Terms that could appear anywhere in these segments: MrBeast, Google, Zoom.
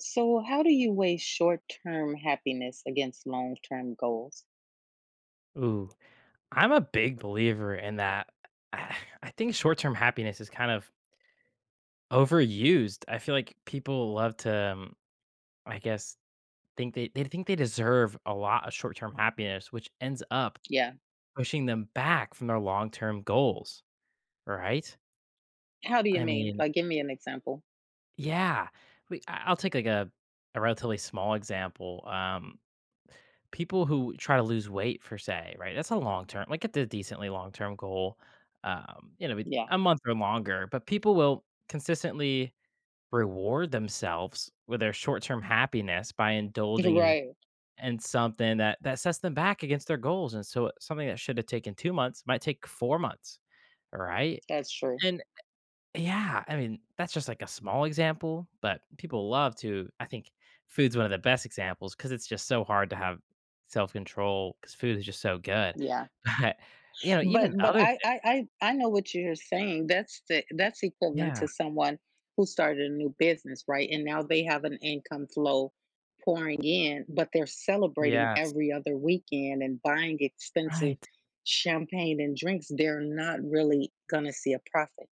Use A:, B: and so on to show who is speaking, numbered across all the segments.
A: So, how do you weigh short term happiness against long term goals?
B: Ooh, I'm a big believer in that. I I think short term happiness is kind of overused. I feel like people love to, I guess, think they think they deserve a lot of short term happiness, which ends up
A: Yeah.
B: pushing them back from their long term goals, right?
A: How do you
B: I
A: mean?
B: mean,
A: Like, give me an example.
B: yeah. I'll take like a relatively small example. People who try to lose weight for say, right? That's a long term, like it's a decently long term goal. You know,
A: Yeah.
B: a month or longer, but people will consistently reward themselves with their short term happiness by indulging
A: Right.
B: in something that that sets them back against their goals. And so something that should have taken 2 months might take 4 months. All right.
A: That's true.
B: And yeah, I mean, that's just like a small example, but people love to I think food's one of the best examples because it's just so hard to have self-control control because food is just so good.
A: Yeah.
B: But, you know,
A: But
B: even
A: but
B: other
A: I I
B: thi
A: I, I know what you're saying. That's equivalent
B: Yeah.
A: to someone who started a new business, right? And now they have an income flow pouring in, but they're celebrating
B: Yes.
A: every other weekend and buying expensive
B: Right.
A: champagne and drinks. They're not really gonna see a profit.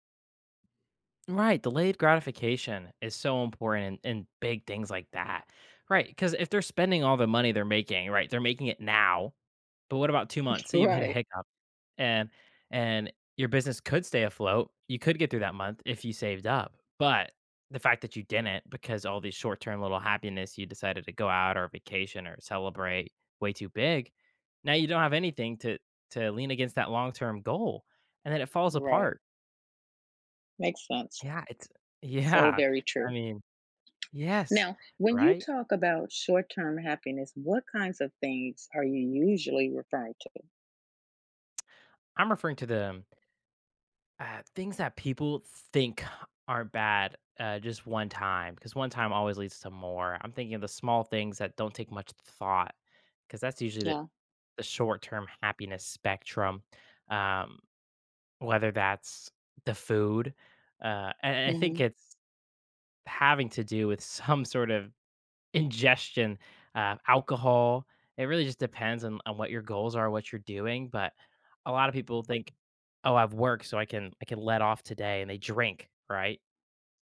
B: Right, delayed gratification is so important in big things like that. Right? Because if they're spending all the money they're making, right, they're making it now, but what about 2 months? So you hit a
A: Right.
B: hiccup, and and your business could stay afloat. You could get through that month if you saved up. But the fact that you didn't, because all these short-term little happiness you decided to go out or vacation or celebrate way too big, now you don't have anything to lean against that long-term goal, and then it falls
A: Right.
B: apart.
A: Makes sense.
B: Yeah, it's
A: So
B: yeah.
A: very
B: I
A: true.
B: mean, yes,
A: Now, when you
B: right?
A: talk about short term happiness, what kinds of things are you usually referring to?
B: I'm referring to the uh, things that people think aren't bad, just one time, because one time always leads to more. I'm thinking of the small things that don't take much thought, because that's usually
A: Yeah.
B: the short term happiness spectrum, um, whether that's the food. And I think
A: Hmm.
B: it's having to do with some sort of ingestion, alcohol. It really just depends on what your goals are, what you're doing. But a lot of people think, "Oh, I've worked, so I can let off today," and they drink, right?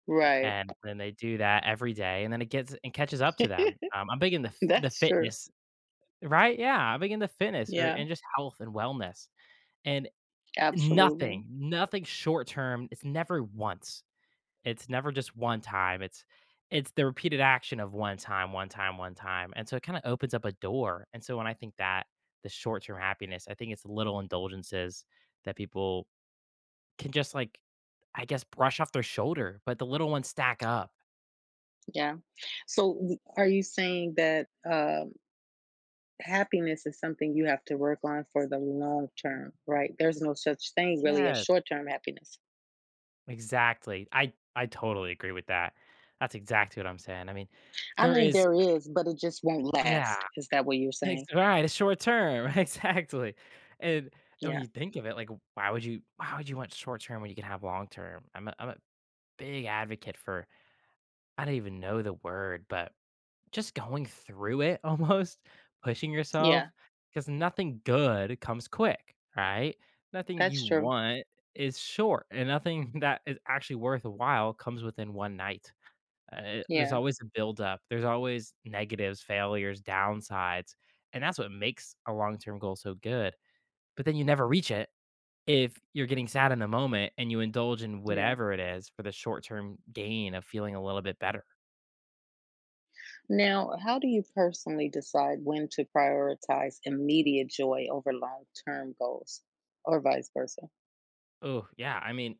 A: Right.
B: And then they do that every day, and then it gets and catches up to them. I'm big in the
A: That's true.
B: fitness, right? Yeah, I'm big into fitness or
A: Yeah.
B: and just health and wellness, and
A: Absolutely.
B: nothing, nothing short term. It's never once. It's never just one time, it's the repeated action of one time, one time, one time, and so it kinda opens up a door, and so when I think that the short-term happiness, I think it's little indulgences that people can just, like, I guess, brush off their shoulder, but the little ones stack up.
A: Yeah. So, are you saying that happiness is something you have to work on for the long term, right? There's no such thing really as
B: Yes,
A: short term happiness.
B: exactly. I totally agree with that. That's exactly what I'm saying, I mean,
A: I
B: there
A: mean,
B: is.
A: there is, but it just won't
B: Yeah.
A: last. Is that what you're
B: Ex
A: saying?
B: Right, it's short term, exactly, and and when
A: Yeah.
B: you think of it, like, why would you want short term when you can have long term? I'm a big advocate for I don't even know the word, but just going through it almost, pushing yourself,
A: Yeah.
B: because nothing good comes quick, right? Nothing you
A: That's true.
B: want is short, and nothing that is actually worthwhile comes within one night. There's
A: Yeah.
B: always a buildup. There's always negatives, failures, downsides, and that's what makes a long-term goal so good. But then you never reach it if you're getting sad in the moment and you indulge in
A: Yeah.
B: whatever it is for the short-term gain of feeling a little bit better.
A: Now, how do you personally decide when to prioritize immediate joy over long term goals or vice versa?
B: Oh, yeah. I mean,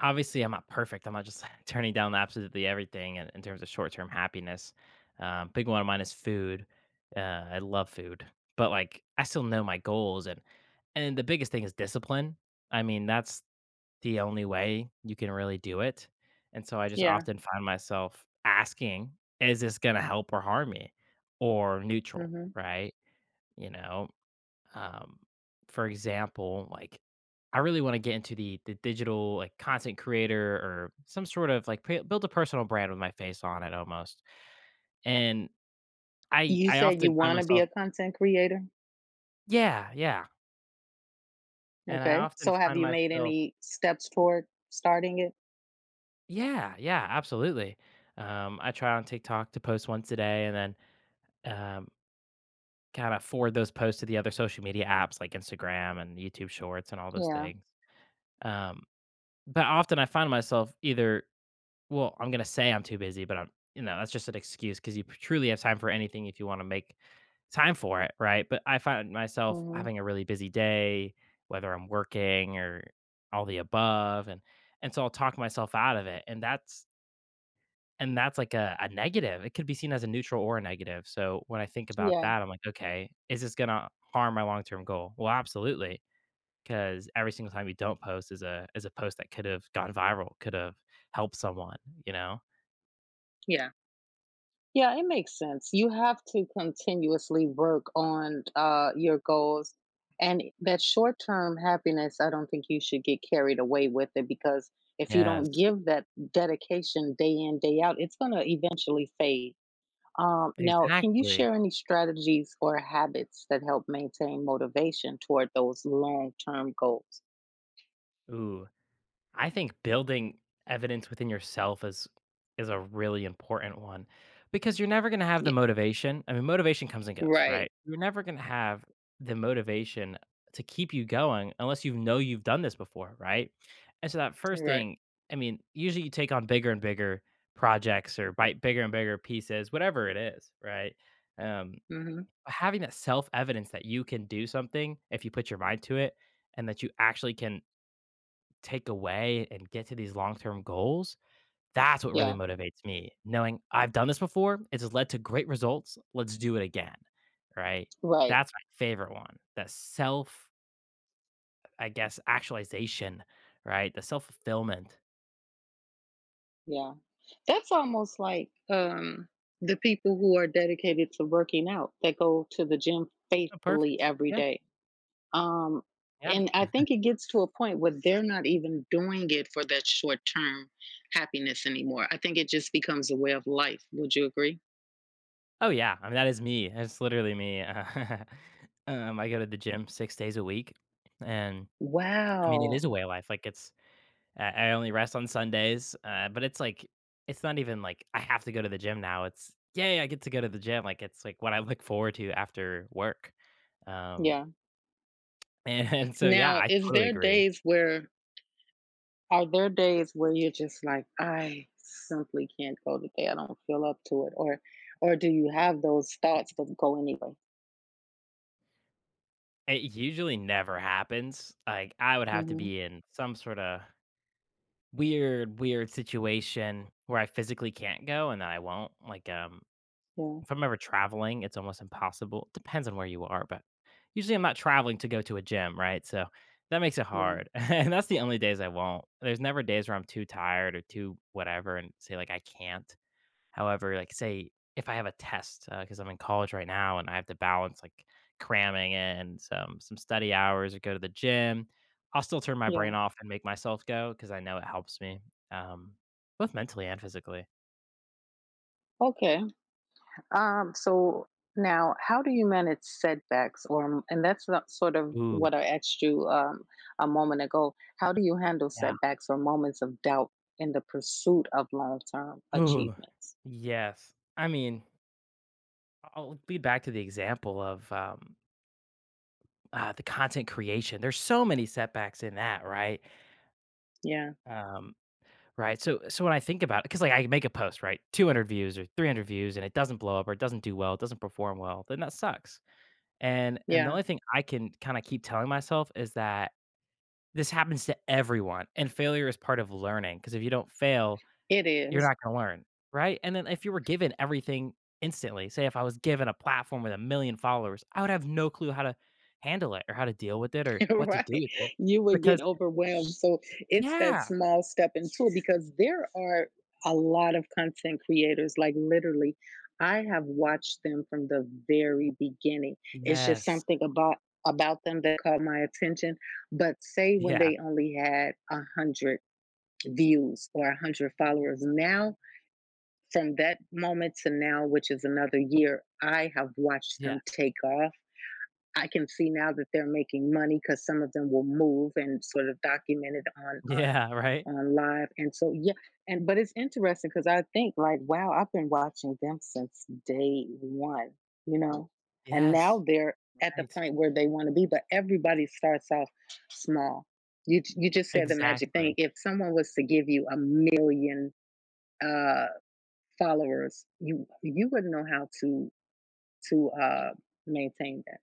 B: obviously, I'm not perfect. I'm not just turning down absolutely everything in terms of short-term happiness. Big one of mine is food. Uh, I love food, but like I still know my goals and the biggest thing is discipline. I mean, that's the only way you can really do it, and so I just
A: Yeah.
B: often find myself asking, "Is this gonna help or harm me?" Or neutral,
A: Hmm.
B: right? You know, um, for example, like, I really wanna get into the digital, like, content creator or some sort of, like, p build a personal brand with my face on it almost, and I
A: You
B: I
A: said
B: often
A: you
B: find
A: want to be
B: myself
A: a content creator.
B: yeah, yeah, and I
A: Okay.
B: often
A: So, have
B: find
A: you made
B: myself
A: any steps toward starting it?
B: yeah, yeah, absolutely. I try on TikTok to post once a day, and then um, kinda forward those posts to the other social media apps like Instagram and YouTube Shorts and all those
A: Yeah.
B: things. Um, but often I find myself either well, I'm gonna say I'm too busy, but I'm you know, that's just an excuse because you truly have time for anything if you wanna make time for it, right? But I find myself
A: Hmm.
B: having a really busy day, whether I'm working or all the above, and so I'll talk myself out of it, and that's like a negative. It could be seen as a neutral or a negative. So when I think about
A: Yeah.
B: that, I'm like, okay, is this gonna harm my long-term goal? Well, absolutely, because every single time you don't post is a post that could have gone viral, could have helped someone, you know?
A: Yeah. Yeah, it makes sense. You have to continuously work on your goals. And that short term happiness, I don't think you should get carried away with it because if you
B: Yes,
A: don't give that dedication day in, day out, it's going to eventually fade. Now, can you
B: exactly.
A: share any strategies or habits that help maintain motivation toward those long term goals?
B: Ooh. I think building evidence within yourself is a really important one because you're never going to have the
A: Yeah.
B: motivation. I mean, motivation comes and goes,
A: Right.
B: right? You're never going to have the motivation to keep you going unless you know you've done this before, right? And so that first
A: Right.
B: thing, I mean, usually you take on bigger and bigger projects or bite bigger and bigger pieces, whatever it is, right? Um,
A: Hmm.
B: having that self evidence that you can do something if you put your mind to it and that you actually can take away and get to these long-term goals, that's what really
A: Yeah.
B: motivates me, knowing I've done this before, it has led to great results, let's do it again, right?
A: Right.
B: That's my favorite one, that self, I guess, actualization, right? The self-fulfillment.
A: Yeah. That's almost like, the people who are dedicated to working out, that go to the gym
B: Oh,
A: faithfully
B: perfect.
A: every
B: Yeah,
A: day. Um,
B: yeah.
A: and I think it gets to a point where they're not even doing it for that short-term happiness anymore. I think it just becomes a way of life. Would you agree?
B: Oh, yeah, I mean, that is me, that's literally me. I go to the gym 6 days a week, and, I mean, it
A: Wow.
B: is a way of life, like, it's I only rest on Sundays, but it's like it's not even like I have to go to the gym now. It's yay, I get to go to the gym. Like it's like what I look forward to after work. Um,
A: Yeah.
B: and and so yeah,
A: Now,
B: I
A: is
B: totally
A: there
B: agree.
A: days where are there days where you're just like, "I simply can't go today. I don't feel up to it," or do you have those thoughts but go anyway?
B: It usually never happens. Like I would have to
A: Mhm.
B: be in some sort of weird, weird situation where I physically can't go, and then I won't. Like
A: Yeah,
B: if I'm ever traveling, it's almost impossible. Depends on where you are, but usually I'm not traveling to go to a gym, right? So that makes it
A: yeah,
B: hard. and that's the only days I won't. There's never days where I'm too tired or too whatever and say, like, I can't. However, like, say if I have a test, because I'm in college right now and I have to balance like cramming in some study hours or go to the gym, I'll still turn my brain
A: yeah.
B: off and make myself go because I know it helps me, um, both mentally and physically.
A: Okay. So now, how do you manage setbacks? Or, and that's not sort of
B: Ooh,
A: what I asked you a moment ago. How do you handle
B: yeah.
A: setbacks or moments of doubt in the pursuit of long term
B: Ooh,
A: achievements?
B: yes. I mean, I'll be back to the example of the content creation. There's so many setbacks in that, right?
A: Yeah,
B: Um, right. So when I think about it, because like I make a post, right, 200 views or 300 views, and it doesn't blow up or it doesn't do well, it doesn't perform well, then that sucks. And the
A: yeah,
B: only thing I can kind of keep telling myself is that this happens to everyone, and failure is part of learning. Because if you don't fail,
A: it
B: you're
A: is.
B: not gonna learn, right? And then if you were given everything instantly, say if I was given a platform with a million followers, I would have no clue how to handle it or how to deal with it or what to do
A: Right,
B: with it
A: you would get
B: because
A: overwhelmed, so it's that
B: yeah.
A: small step and tool because there are a lot of content creators, like, literally I have watched them from the very beginning. It's just
B: Yes.
A: something about them that caught my attention, but say when
B: Yeah.
A: they only had 100 views or 100 followers. Now from that moment to now, which is another year, I have watched
B: Yeah.
A: them take off. I can see now that they're making money because some of them will move and sort of document it on on
B: Yeah, right?
A: on live. And so yeah, and but it's interesting because I think, like, wow, I've been watching them since day one, you know, and
B: Yes.
A: now they're at the
B: Right.
A: point where they want to be. But everybody starts off small. You just said the magic thing.
B: Exactly.
A: If someone was to give you 1 million uh, followers, you wouldn't know how to maintain that.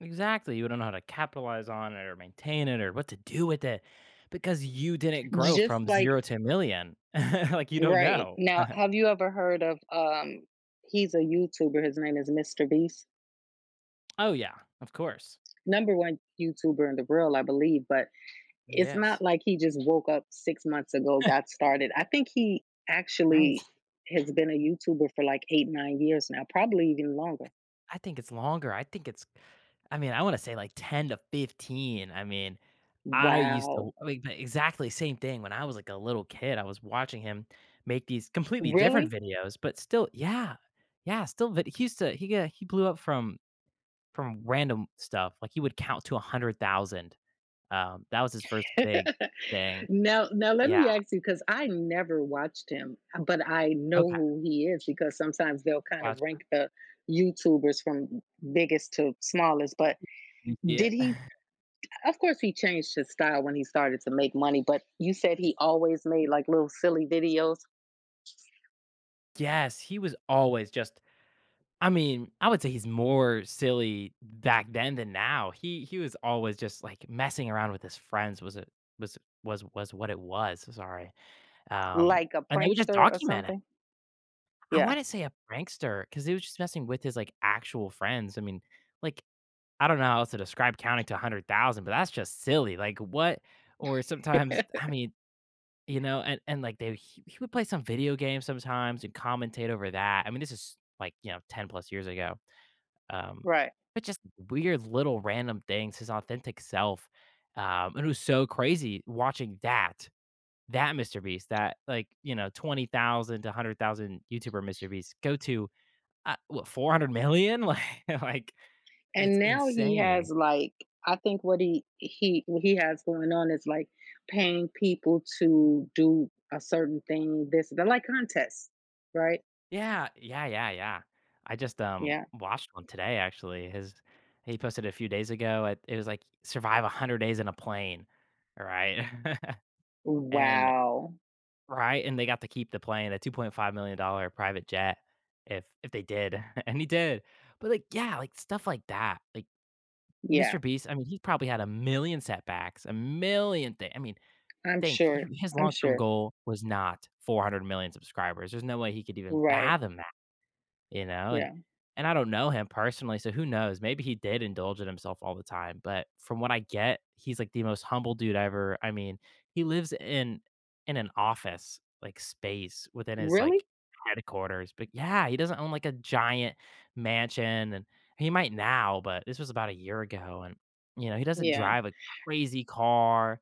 B: Exactly. You wouldn't know how to capitalize on it or maintain it or what to do with it because you didn't grow
A: Just
B: from
A: like
B: 0 to a million. Like, you don't
A: Right.
B: know.
A: Now, have you ever heard of, he's a YouTuber, his name is Mr. Beast,
B: Oh, yeah. Of course.
A: number 1 YouTuber in the world, I believe, but it's not
B: Yes.
A: like he just woke up 6 months ago, got started. I think he actually
B: Right.
A: has been a YouTuber for like 8, 9 years now, probably even longer.
B: I think it's longer. I think it's I mean, I wanna say like 10 to 15. I mean, I used to
A: Wow.
B: I mean, but exactly same thing when I was like a little kid, I was watching him make these completely different
A: Really?
B: videos, but still yeah. Yeah, still vid he used to he blew up from random stuff, like he would count to 100,000. That was his first big thing.
A: Now, let
B: Yeah,
A: me ask you because I never watched him, but I know
B: okay,
A: who he is because sometimes they'll kind of
B: gotcha.
A: rank the YouTubers from biggest to smallest. But
B: You see
A: did
B: it?
A: he? Of course, he changed his style when he started to make money. But you said he always made like little silly videos,
B: Yes, he was always just I mean, I would say he's more silly back then than now. He was always just like messing around with his friends was was what it was, sorry. Um,
A: like a
B: and they would just
A: prankster or
B: document it.
A: something.
B: I
A: Yeah,
B: wouldn't say a prankster because he was just messing with his, like, actual friends. I mean, like, I don't know how else to describe counting to 100,000, but that's just silly, like, what or sometimes I mean, you know, and like, they he would play some video game sometimes and commentate over that. I mean, this is, like, you know, 10 plus years ago. Um,
A: right.
B: but just weird little random things, his authentic self. And it was so crazy watching that, that Mr. Beast, that like, you know, 20,000 to 100,000 YouTuber Mr. Beast go to, what, 400 million? Like it's
A: And now he
B: insane.
A: has like I think what he has going on is like paying people to do a certain thing. This they're like contests, right?
B: Yeah. Yeah. Yeah. Yeah. I just,
A: Yeah.
B: watched one today, actually. His, he posted it a few days ago. It was like survive 100 days in a plane. All right. and
A: Wow.
B: right, and they got to keep the plane, a $2.5 million dollar private jet if they did, and he did. But, like, yeah, like, stuff like that, like, Mr.
A: Yeah.
B: Beast, I mean, he probably had a million setbacks, a million things. I mean,
A: I'm
B: think, he
A: sure.
B: his
A: I'm
B: long-term
A: sure.
B: goal was not 400 million subscribers, there's no way he could even
A: Right.
B: fathom that, you know?
A: Yeah.
B: And I don't know him personally, so who knows? Maybe he did indulge in himself all the time, but from what I get, he's like the most humble dude ever. I mean, he lives in an office like space within his
A: Really?
B: like headquarters, but yeah, he doesn't own like a giant mansion and he might now, but this was about a year ago and you know, he doesn't
A: Yeah.
B: drive a crazy car.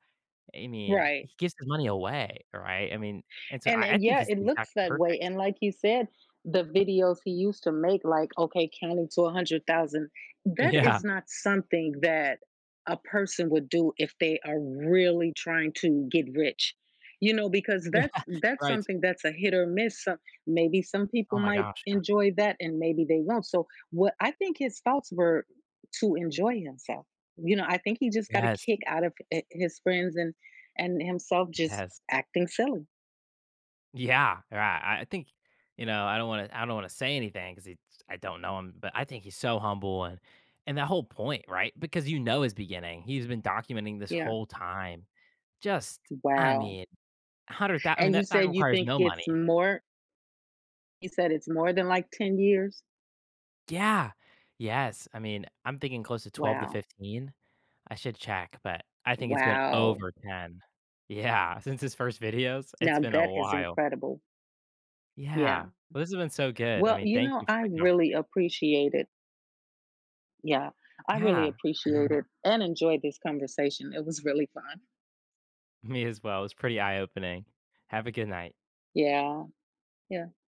B: I mean,
A: Right.
B: he gives his money away, right? I mean, and so
A: And,
B: I think
A: yeah,
B: he's
A: it
B: the exact
A: looks that way,
B: perfect.
A: and like you said, the videos he used to make, like, okay, counting to 100,000, that
B: Yeah.
A: is not something that a person would do if they are really trying to get rich, because that's that's
B: Right.
A: something that's a hit or miss, so maybe some
B: Oh
A: people
B: my
A: might
B: gosh, yeah.
A: enjoy that and maybe they won't, so what I think his thoughts were to enjoy himself, I think he just got a
B: Yes,
A: kick out of, his friends and himself just
B: yes.
A: acting silly,
B: Yeah, right, I think, you know, I don't wanna say anything because I don't know him, but I think he's so humble and that whole point, right? Because you know his beginning, he's been documenting this
A: yeah.
B: whole time. Just, I
A: Wow.
B: mean, 100,000 I mean,
A: And you
B: that that
A: said you
B: requires
A: think
B: no money.
A: it's more you said it's more than like 10 years?
B: Yeah. Yes, I mean, I'm thinking close to 12 to
A: Wow.
B: 15. I should check, but I think it's been
A: Wow.
B: over 10. Yeah, since his first videos, it's
A: Now
B: been a
A: that is
B: while.
A: incredible. Yeah.
B: Yeah. Well, this has been so good. I
A: Well,
B: mean, thank you for
A: I
B: that
A: really
B: conversation.
A: appreciate it. Yeah. I really
B: Yeah.
A: appreciate it and enjoyed this conversation. It was really fun.
B: Me as well. It was pretty eye opening. Have a good night.
A: Yeah. Yeah.